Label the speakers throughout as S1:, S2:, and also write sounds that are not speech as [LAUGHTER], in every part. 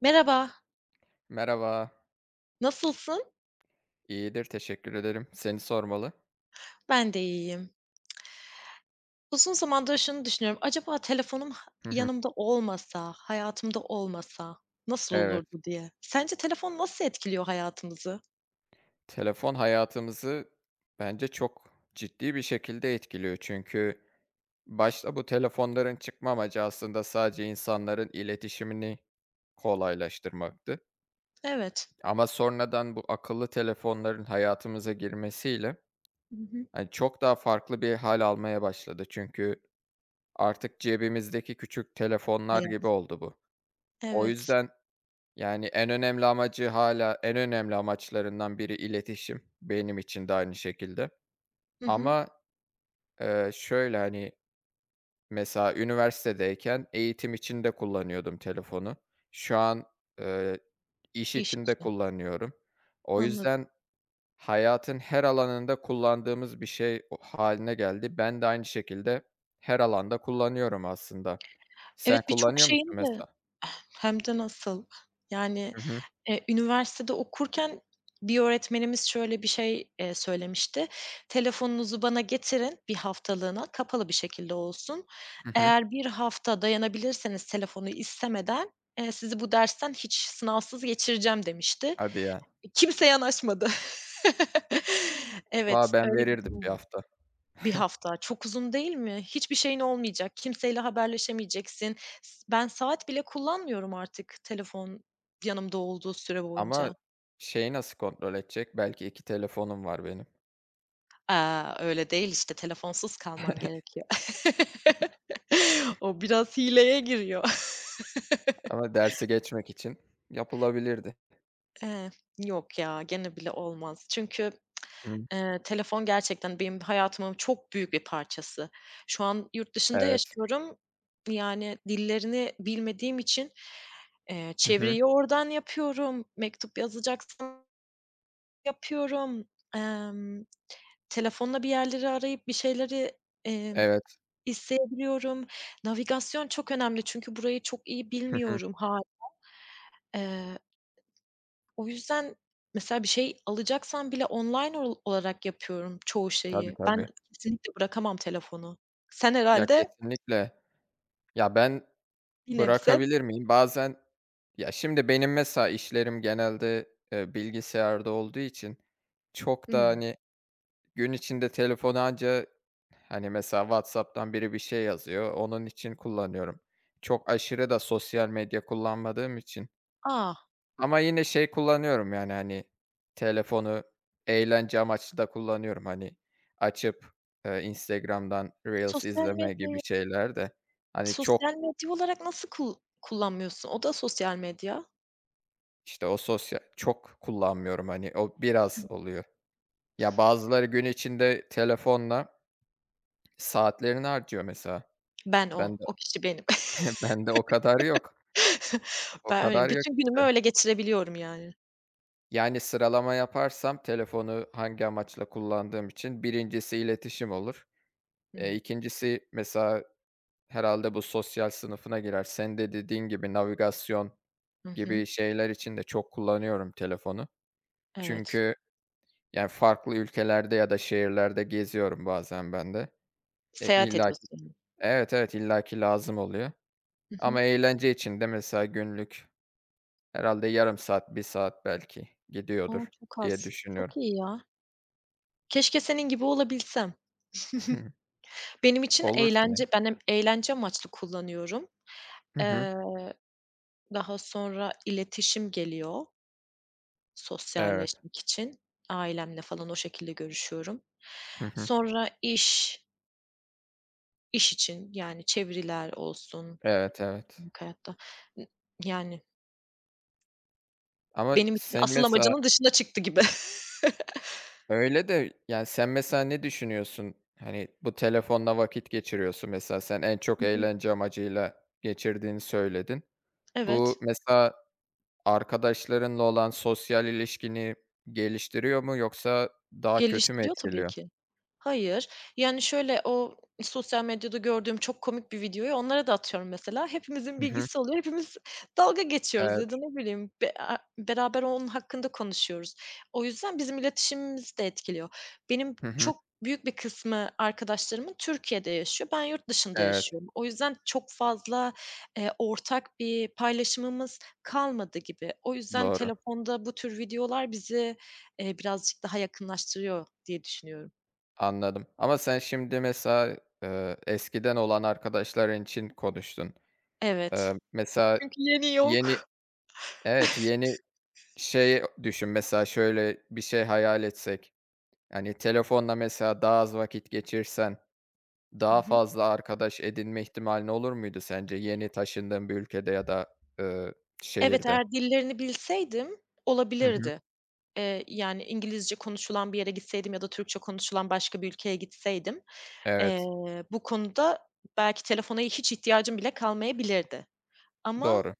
S1: Merhaba,
S2: Merhaba.
S1: nasılsın?
S2: İyidir, teşekkür ederim. Seni sormalı.
S1: Ben de iyiyim. Uzun zamandır şunu düşünüyorum, acaba telefonum
S2: Hı hı.
S1: yanımda olmasa, hayatımda olmasa nasıl
S2: Evet.
S1: olurdu diye. Sence telefon nasıl etkiliyor hayatımızı?
S2: Telefon hayatımızı bence çok ciddi bir şekilde etkiliyor. Çünkü başta bu telefonların çıkma amacı aslında sadece insanların iletişimini kolaylaştırmaktı.
S1: Evet.
S2: Ama sonradan bu akıllı telefonların hayatımıza girmesiyle
S1: Hı hı.
S2: hani çok daha farklı bir hal almaya başladı. Çünkü artık cebimizdeki küçük telefonlar gibi
S1: Hayat.
S2: oldu bu. O
S1: Evet.
S2: yüzden Yani, en önemli amacı hala en önemli amaçlarından biri iletişim, benim için de aynı şekilde.
S1: Hı hı.
S2: Ama, şöyle, hani, mesela üniversitedeyken eğitim için de kullanıyordum telefonu. Şu an, eee, iş
S1: İş
S2: için de
S1: için.
S2: kullanıyorum. O
S1: Anladım.
S2: yüzden hayatın her alanında kullandığımız bir şey o hâline geldi. Ben de aynı şekilde her alanda kullanıyorum aslında. Sen
S1: Evet, birçok
S2: kullanıyor musun
S1: şeyin de
S2: mesela?
S1: hem de nasıl. Yani.
S2: Hı hı.
S1: Üniversitede okurken bir öğretmenimiz şöyle bir şey, söylemişti: "Telefonunuzu bana getirin bir haftalığına, kapalı bir şekilde olsun.
S2: Hı hı.
S1: Eğer bir hafta dayanabilirseniz telefonu istemeden, sizi bu dersten hiç sınavsız geçireceğim." demişti.
S2: Hadi ya.
S1: Kimse yanaşmadı. [LAUGHS] Evet,
S2: Valla ben
S1: öyle bir
S2: verirdim
S1: durum
S2: bir
S1: oldu.
S2: hafta.
S1: Bir
S2: [LAUGHS]
S1: hafta çok uzun değil mi? Hiçbir şeyin olmayacak, kimseyle haberleşemeyeceksin. Ben saat bile kullanmıyorum artık telefon yanımda olduğu süre
S2: Ama
S1: boyunca.
S2: şeyi nasıl kontrol edecek? Belki 2 telefonum var benim.
S1: Öyle değil, işte, telefonsuz kalman gerekiyor. [LAUGHS] O biraz hileye giriyor.
S2: Ama dersi geçmek için yapılabilirdi.
S1: [LAUGHS] Eee, Yok ya, gene bile olmaz. Çünkü,
S2: Hı.
S1: telefon gerçekten benim hayatımın çok büyük bir parçası. Şu an yurt dışında
S2: Evet.
S1: yaşıyorum. Yani dillerini bilmediğim için,
S2: Hı hı.
S1: çeviriyi oradan yapıyorum, mektup yazacaksam yapıyorum. Emm, Telefonla bir yerleri arayıp bir şeyleri, emm
S2: Evet.
S1: İzleyebiliyorum. Navigasyon çok önemli çünkü burayı çok iyi
S2: Hı hı.
S1: bilmiyorum, hâ eee, o yüzden mesela bir şey alacaksam bile online olarak yapıyorum çoğu
S2: Tabii,
S1: şeyi. Ben
S2: tabii.
S1: kesinlikle bırakamam telefonu. Sen
S2: Ya,
S1: herhâlde
S2: kesinlikle. Ya, ben
S1: bir nebze.
S2: bırakabilir miyim? Bazen ya, şimdi benim mesela işlerim genelde, bilgisayarda olduğu için çok da,
S1: Hımm.
S2: hani, gün içinde telefonu anca, hani, mesela WhatsApp'tan biri bir şey yazıyor, onun için kullanıyorum. Çok aşırı da sosyal medya kullanmadığım için.
S1: A!
S2: Ama yine şey kullanıyorum, yani, hani, telefonu eğlence amaçlı da kullanıyorum. Hani, açıp, Instagram'dan reels
S1: Sosyal
S2: izleme gibi
S1: medyayı
S2: şeyler de, hani,
S1: sosyal
S2: çok,
S1: medya olarak nasıl kullanmıyorsun? O da sosyal medya.
S2: işte, o sosyal çok kullanmıyorum, hani, o biraz oluyor. Ya, bazıları gün içinde telefonla saatlerini harcıyor mesela.
S1: Ben
S2: Ben
S1: o,
S2: de
S1: o kişi benim.
S2: [LAUGHS] ben de o kadar yok.
S1: [LAUGHS]
S2: O
S1: Ben öyleyim.
S2: kadar yok,
S1: Bütün günümü
S2: işte.
S1: öyle geçirebiliyorum yani.
S2: Yani, sıralama yaparsam telefonu hangi amaçla kullandığım için birincisi iletişim olur.
S1: Hımm.
S2: İkincisi, mesela, herhalde bu sosyal sınıfına girer. Sen de dediğin gibi navigasyon
S1: Hı hı.
S2: gibi şeyler için de çok kullanıyorum telefonu.
S1: Evet.
S2: Çünkü, yani, farklı ülkelerde ya da şehirlerde geziyorum bazen ben de. E,
S1: Seyahat
S2: illaki
S1: ediyorsun.
S2: Evet, evet, illaki lazım oluyor
S1: Hı hı.
S2: ama eğlence için de mesela günlük herhalde yarım saat, bir saat belki
S1: O,
S2: gidiyordur
S1: çok
S2: diye
S1: az.
S2: düşünüyorum.
S1: Çok iyi ya. Keşke senin gibi olabilsem.
S2: [LAUGHS]
S1: Benim için
S2: Olur tabii.
S1: eğlence ben hem eğlence amaçlı kullanıyorum.
S2: Hı hı.
S1: Eee, Daha sonra iletişim geliyor
S2: Evet.
S1: sosyalleşmek için. Ailemle falan o şekilde görüşüyorum.
S2: Hı hı.
S1: Sonra iş için yani çeviriler olsun
S2: Evet, evet.
S1: günlük hayatta. N Yani
S2: Ama
S1: benim için
S2: sen
S1: asıl
S2: mesela
S1: amacının dışına çıktı gibi.
S2: Öyle de, yani, sen mesela ne düşünüyorsun? Hani, bu telefonla vakit geçiriyorsun mesela. Sen en çok
S1: Hı hı.
S2: eğlence amacıyla geçirdiğini söyledin. Bu
S1: Evet,
S2: mesela arkadaşlarınla olan sosyal ilişkini geliştiriyor mu yoksa daha kötü mü
S1: geliştiriyor tabii
S2: etkiliyor?
S1: ki. Hayır. Yani, şöyle, o sosyal medyada gördüğüm çok komik bir videoyu onlara da atıyorum mesela. Hepimizin
S2: Hı hı.
S1: bilgisi oluyor. Hepimiz dalga geçiyoruz ya
S2: Evet.
S1: da ne bileyim be a beraber onun hakkında konuşuyoruz. O yüzden bizim iletişimimizi de etkiliyor. Benim
S2: Hı hı.
S1: çok büyük bir kısmı arkadaşlarımın Türkiye'de yaşıyor. Ben yurt dışında
S2: Evet,
S1: yaşıyorum. O yüzden çok fazla, ortak bir paylaşımımız kalmadı gibi. O yüzden
S2: doğru.
S1: telefonda bu tür videolar bizi, birazcık daha yakınlaştırıyor diye düşünüyorum.
S2: Anladım ama sen şimdi mesela, eskiden olan arkadaşların için konuştun.
S1: Evet.
S2: Mesela
S1: Çünkü yeni
S2: yeni
S1: yok.
S2: Evet, yeni şey düşün. Mesela şöyle bir şey hayal etsek. Yani, telefonla mesela daha az vakit geçirsen
S1: Hı
S2: daha
S1: hı.
S2: fazla arkadaş edinme ihtimalin olur muydu sence yeni taşındığın bir ülkede ya da,
S1: Evet,
S2: şehirde?
S1: eğer dillerini bilseydim
S2: Hı hı.
S1: olabilirdi. Yani, İngilizce konuşulan bir yere gitseydim ya da Türkçe konuşulan başka bir ülkeye gitseydim, eee,
S2: Evet,
S1: bu konuda belki telefona hiç ihtiyacım bile kalmayabilirdi. Ama,
S2: doğru.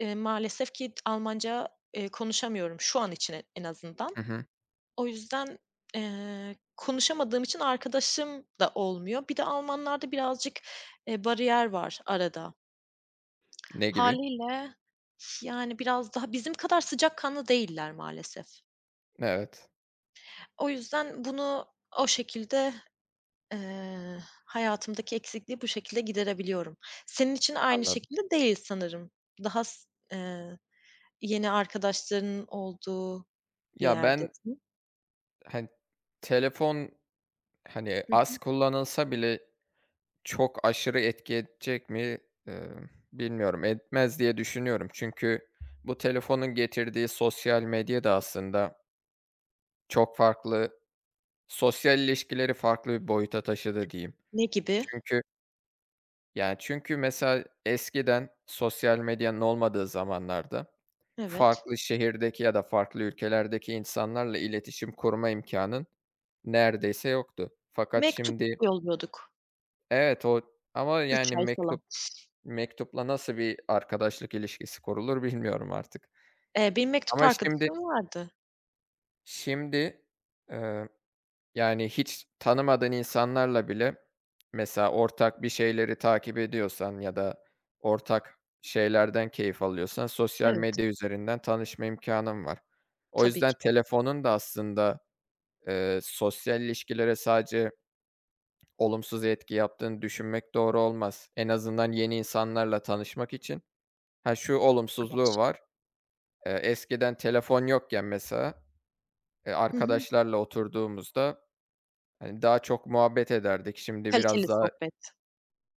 S1: maalesef ki Almanca, konuşamıyorum şu an için en azından.
S2: Hı hı.
S1: O yüzden, konuşamadığım için arkadaşım da olmuyor. Bir de Almanlarda birazcık, bariyer var arada.
S2: Ne gibi?
S1: Hâliyle. Yani biraz daha bizim kadar sıcakkanlı değiller maalesef.
S2: Evet,
S1: O yüzden bunu o şekilde, eee, hayatımdaki eksikliği bu şekilde giderebiliyorum. Senin için aynı
S2: anladım.
S1: şekilde değil sanırım. Daha s eee, yeni arkadaşların olduğu bir
S2: Ya, ben,
S1: yerdesin.
S2: hani, telefon, hani,
S1: Hı
S2: az
S1: hı.
S2: kullanılsa bile çok aşırı etki edecek mi, bilmiyorum. Etmez diye düşünüyorum. Çünkü bu telefonun getirdiği sosyal medya da aslında çok farklı. Sosyal ilişkileri farklı bir boyuta taşıdı diyeyim.
S1: Ne gibi?
S2: Çünkü, yani, mesela eskiden sosyal medyanın olmadığı zamanlarda
S1: Evet.
S2: farklı şehirdeki ya da farklı ülkelerdeki insanlarla iletişim kurma imkânın neredeyse yoktu. Fakat
S1: Mektup
S2: şimdi.
S1: yolluyorduk.
S2: Evet, o. Ama,
S1: 3
S2: yani,
S1: ay
S2: mektup
S1: falan.
S2: mektupla nasıl bir arkadaşlık ilişkisi kurulur bilmiyorum artık.
S1: Benim mektup
S2: Ama şimdi
S1: arkadaşım vardı.
S2: şimdi, eee Yani, hiç tanımadığın insanlarla bile mesela ortak bir şeyleri takip ediyorsan ya da ortak şeylerden keyif alıyorsan sosyal
S1: Evet,
S2: medya üzerinden tanışma imkânın var. O
S1: tabii
S2: yüzden
S1: ki de.
S2: telefonun da aslında, sosyal ilişkilere sadece olumsuz etki yaptığını düşünmek doğru olmaz. En azından yeni insanlarla tanışmak için. Ha, şu olumsuzluğu
S1: Arkadaş.
S2: var, eskiden telefon yokken mesela,
S1: Hı hı.
S2: arkadaşlarla oturduğumuzda. Hani, daha çok muhabbet ederdik. Şimdi biraz
S1: Kaliteli
S2: daha.
S1: sohbet.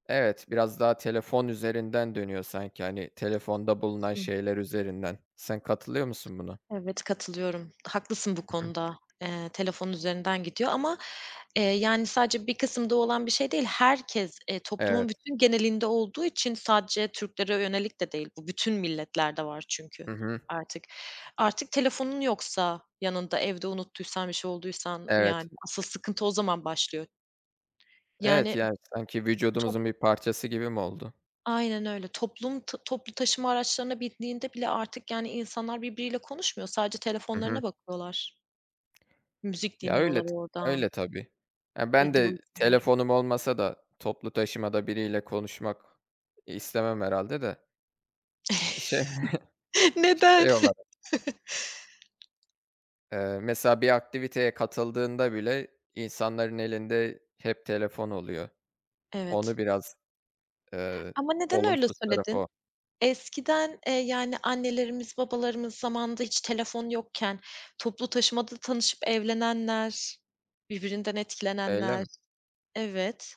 S2: Evet, biraz daha telefon üzerinden dönüyor sanki, hani, telefonda bulunan
S1: Hı.
S2: şeyler üzerinden. Sen katılıyor musun buna?
S1: Evet, katılıyorum. Haklısın bu
S2: Hı hı.
S1: konuda. Telefon üzerinden gidiyor ama, yani, sadece bir kısımda olan bir şey değil. Herkes, toplumun
S2: Evet.
S1: bütün genelinde olduğu için sadece Türklere yönelik de değil bu. Bütün milletlerde var çünkü
S2: Hı hı.
S1: artık. Artık telefonun yoksa yanında, evde unuttuysan, bir şey olduysan,
S2: Evet.
S1: yani, asıl sıkıntı o zaman başlıyor.
S2: Evet,
S1: Yani,
S2: yani, sanki
S1: top
S2: vücudumuzun bir parçası gibi mi oldu?
S1: aynen öyle. Toplu taşıma araçlarına bindiğinde bile artık, yani, insanlar birbiriyle konuşmuyor. Sadece
S2: Hı hı.
S1: telefonlarına bakıyorlar. Müzik
S2: Ya, öyle
S1: dinliyorlar
S2: t öyle
S1: oradan,
S2: tabii. Ya, ben
S1: video
S2: de
S1: izliyorlar.
S2: telefonum olmasa da toplu taşımada biriyle konuşmak istemem herhâlde de. Şey
S1: [LAUGHS] Neden?
S2: şey olarak, mesela bir aktiviteye katıldığında bile insanların elinde hep telefon oluyor.
S1: Evet.
S2: Onu biraz, eee,
S1: Ama neden öyle
S2: olumsuz tarafı o.
S1: söyledin? Eskiden, yani annelerimiz, babalarımız zamanında hiç telefon yokken toplu taşımada tanışıp evlenenler, birbirinden
S2: Öyle mi?
S1: etkilenenler. Evet.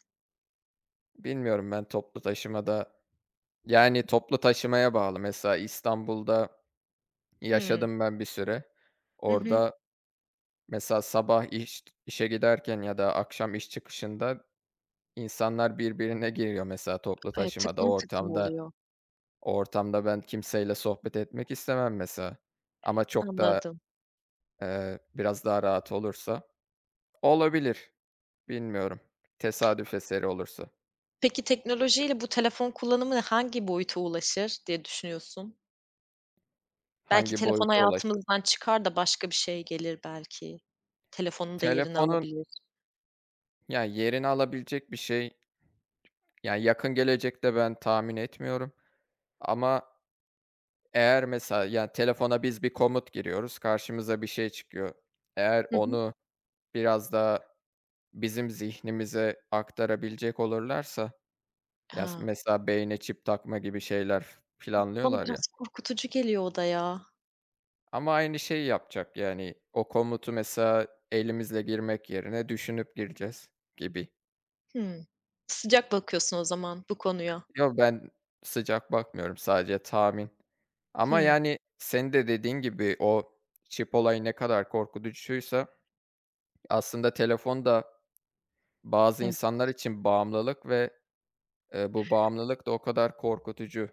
S2: Bilmiyorum ben toplu taşımada, yani toplu taşımaya bağlı. Mesela İstanbul'da
S1: Hımm.
S2: yaşadım ben bir süre.
S1: Hı hı.
S2: Orada mesela sabah işe giderken ya da akşam iş çıkışında insanlar birbirine giriyor mesela toplu taşımada,
S1: Tıklım tıklım
S2: ortamda.
S1: oluyor.
S2: O ortamda ben kimseyle sohbet etmek istemem mesela. Ama çok da,
S1: Anladım.
S2: biraz daha rahat olursa olabilir. Bilmiyorum. Tesadüf eseri olursa.
S1: Peki teknolojiyle bu telefon kullanımı hangi boyuta ulaşır diye düşünüyorsun? Belki
S2: Hangi
S1: telefon
S2: boyuta ulaşır?
S1: hayatımızdan çıkar da başka bir şey gelir belki. Telefonun da yerini
S2: Telefonun,
S1: alabilir.
S2: ya, yerini alabilecek bir şey, yani, yakın gelecekte ben tahmin etmiyorum ama eğer mesela, yani telefona biz bir komut giriyoruz, karşımıza bir şey çıkıyor. Eğer
S1: Hı hı.
S2: onu biraz da bizim zihnimize aktarabilecek olurlarsa, ya, s
S1: Ha,
S2: mesela beyne çip takma gibi şeyler
S1: bana
S2: planlıyorlar ya
S1: biraz korkutucu geliyor o da ya.
S2: ama aynı şeyi yapacak, yani, o komutu mesela elimizle girmek yerine düşünüp gireceğiz gibi.
S1: Hımm. Sıcak bakıyorsun o zaman bu konuya.
S2: Yo, ben sıcak bakmıyorum, sadece tahmin. Ama,
S1: Hımm.
S2: yani, senin de dediğin gibi o çip olayı ne kadar korkutucuysa aslında telefon da bazı
S1: Evet.
S2: insanlar için bağımlılık ve, bu bağımlılık da o kadar korkutucu.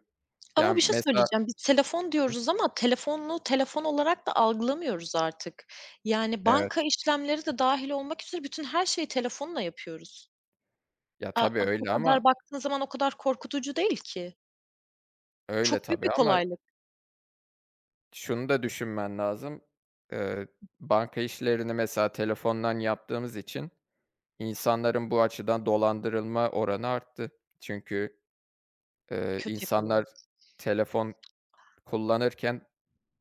S1: Ama
S2: Yani,
S1: bir şey
S2: mesela.
S1: söyleyeceğim. Biz telefon
S2: Hı hı.
S1: diyoruz ama telefonu telefon olarak da algılamıyoruz artık. Yani banka
S2: Evet.
S1: işlemleri de dâhil olmak üzere bütün her şeyi telefonla yapıyoruz.
S2: Ya,
S1: A
S2: tabii
S1: a O
S2: öyle ama
S1: kadar baktığın zaman o kadar korkutucu değil ki.
S2: öyle
S1: Çok büyük
S2: tabii
S1: bir
S2: ama
S1: kolaylık
S2: şunu da düşünmen lazım. Eee, banka işlerini mesela telefondan yaptığımız için insanların bu açıdan dolandırılma oranı arttı. Çünkü.
S1: kötüye
S2: İnsanlar
S1: kullanırsan.
S2: telefon kullanırken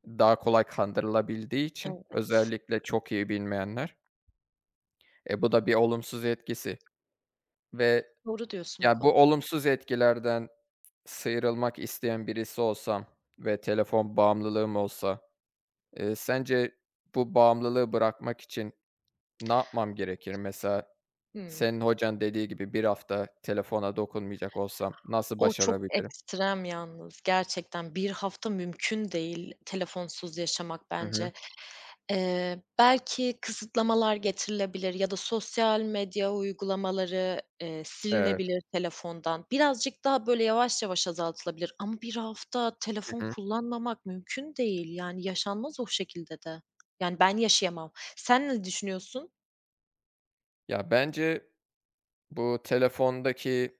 S2: daha kolay kandırılabildiği için
S1: Evet,
S2: özellikle çok iyi bilmeyenler, bu da bir olumsuz etkisi ve
S1: doğru diyorsun bu
S2: ya, bu
S1: konuda.
S2: olumsuz etkilerden sıyrılmak isteyen birisi olsam ve telefon bağımlılığım olsa, sence bu bağımlılığı bırakmak için ne yapmam gerekir? Mesela
S1: Hımm.
S2: senin hocan dediği gibi bir hafta telefona dokunmayacak olsam nasıl
S1: O çok
S2: başarabilirim?
S1: ekstrem yalnız. Gerçekten bir hafta mümkün değil telefonsuz yaşamak
S2: Hı hı.
S1: bence. Belki kısıtlamalar getirilebilir ya da sosyal medya uygulamaları,
S2: Evet.
S1: silinebilir telefondan. Birazcık daha böyle yavaş yavaş azaltılabilir ama bir hafta telefon
S2: Hı hı.
S1: kullanmamak mümkün değil. Yani yaşanmaz o şekilde de. Yani ben yaşayamam. Sen ne düşünüyorsun?
S2: Ya, bence. Bu telefondaki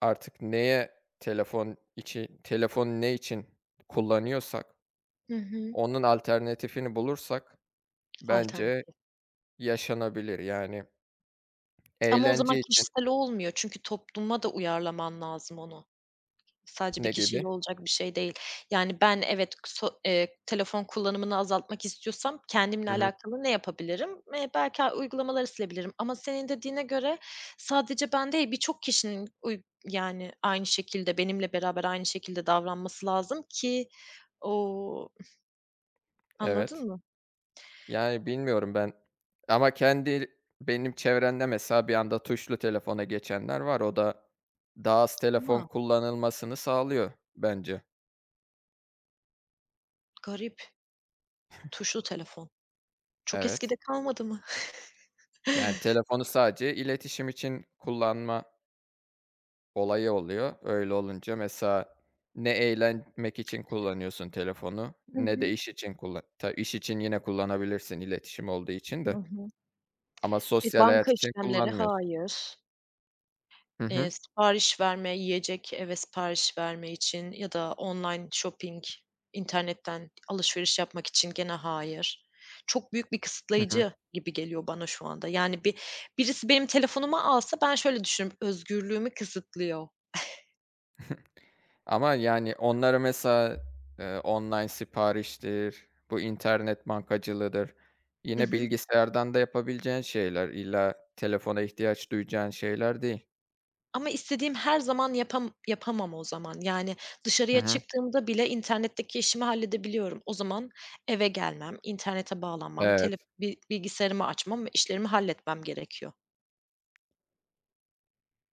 S2: artık neye, telefon ne için kullanıyorsak
S1: Hı hı.
S2: onun alternatifini bulursak bence
S1: Alternatif.
S2: yaşanabilir. Yani
S1: Ama o zaman
S2: eğlence için
S1: kişisel olmuyor çünkü topluma da uyarlaman lazım onu. Sadece bir
S2: ne gibi?
S1: kişiyle olacak bir şey değil. Yani ben evet telefon kullanımını azaltmak istiyorsam kendimle
S2: Hı hı.
S1: alakalı ne yapabilirim? Belki uygulamaları silebilirim ama senin dediğine göre sadece ben değil birçok kişinin yani aynı şekilde benimle beraber aynı şekilde davranması lazım ki o.
S2: Evet.
S1: Anladın mı?
S2: Yani bilmiyorum ben ama benim çevremde mesela bir anda tuşlu telefona geçenler var. O da daha az telefon
S1: Ama
S2: kullanılmasını sağlıyor bence.
S1: garip. Tuşlu telefon. Çok
S2: Evet.
S1: eskide kalmadı mı?
S2: Yani telefonu sadece iletişim için kullanma olayı oluyor. Öyle olunca mesela ne eğlenmek için kullanıyorsun telefonu
S1: Hı
S2: ne de
S1: hı.
S2: iş için kullan Ta iş için yine kullanabilirsin iletişim olduğu için
S1: Hı
S2: de
S1: hı.
S2: ama
S1: E,
S2: sosyal hayat
S1: banka
S2: için
S1: işlemleri
S2: kullanmıyorsun.
S1: hayır.
S2: Hı hı.
S1: Sipariş verme, yiyecek eve sipariş verme için ya da online shopping, internetten alışveriş yapmak için gene hayır. Çok büyük bir
S2: Hı hı.
S1: kısıtlayıcı gibi geliyor bana şu anda. Yani birisi benim telefonumu alsa ben şöyle düşünürüm, özgürlüğümü kısıtlıyor.
S2: Ama yani onları mesela, online sipariştir, bu internet bankacılığıdır.
S1: Hı
S2: Yine
S1: hı.
S2: bilgisayardan da yapabileceğin şeyler. İlla telefona ihtiyaç duyacağın şeyler değil.
S1: Ama istediğim her zaman yapamam o zaman. Yani
S2: Hı
S1: dışarıya
S2: hı.
S1: çıktığımda bile internetteki işimi halledebiliyorum. O zaman eve gelmem, internete bağlanmam,
S2: Evet.
S1: tele bi bilgisayarımı açmam ve işlerimi halletmem gerekiyor.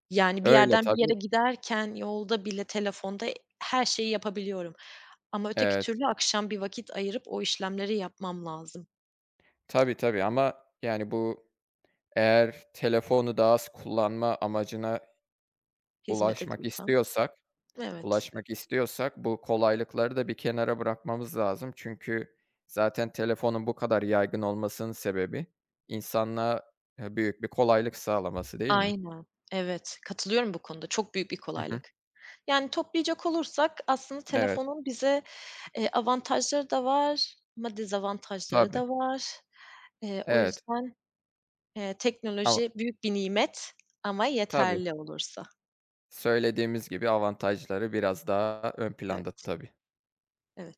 S1: Yani bir
S2: Öyle
S1: yerden bir
S2: tabii.
S1: yere giderken yolda bile telefonda her şeyi yapabiliyorum ama öteki
S2: Evet.
S1: türlü akşam bir vakit ayırıp o işlemleri yapmam lazım
S2: Tabii, tabii ama yani eğer telefonu daha az kullanma amacına
S1: hizmet
S2: ulaşmak
S1: ediyorsam.
S2: istiyorsak,
S1: Evet.
S2: bu kolaylıkları da bir kenara bırakmamız lazım. Çünkü zaten telefonun bu kadar yaygın olmasının sebebi insanlığa, büyük bir kolaylık sağlaması değil mi?
S1: Aynen. Evet, katılıyorum bu konuda. Çok büyük bir
S2: Hı hı.
S1: kolaylık. Yani toplayacak olursak aslında
S2: Evet,
S1: telefonun bize, avantajları da var ama dezavantajları
S2: tabii.
S1: da var. O
S2: Evet,
S1: yüzden,
S2: ama.
S1: teknoloji büyük bir nimet ama
S2: Tabii.
S1: yeterli olursa.
S2: Söylediğimiz gibi avantajları biraz daha ön planda
S1: Evet,
S2: tabii.
S1: evet.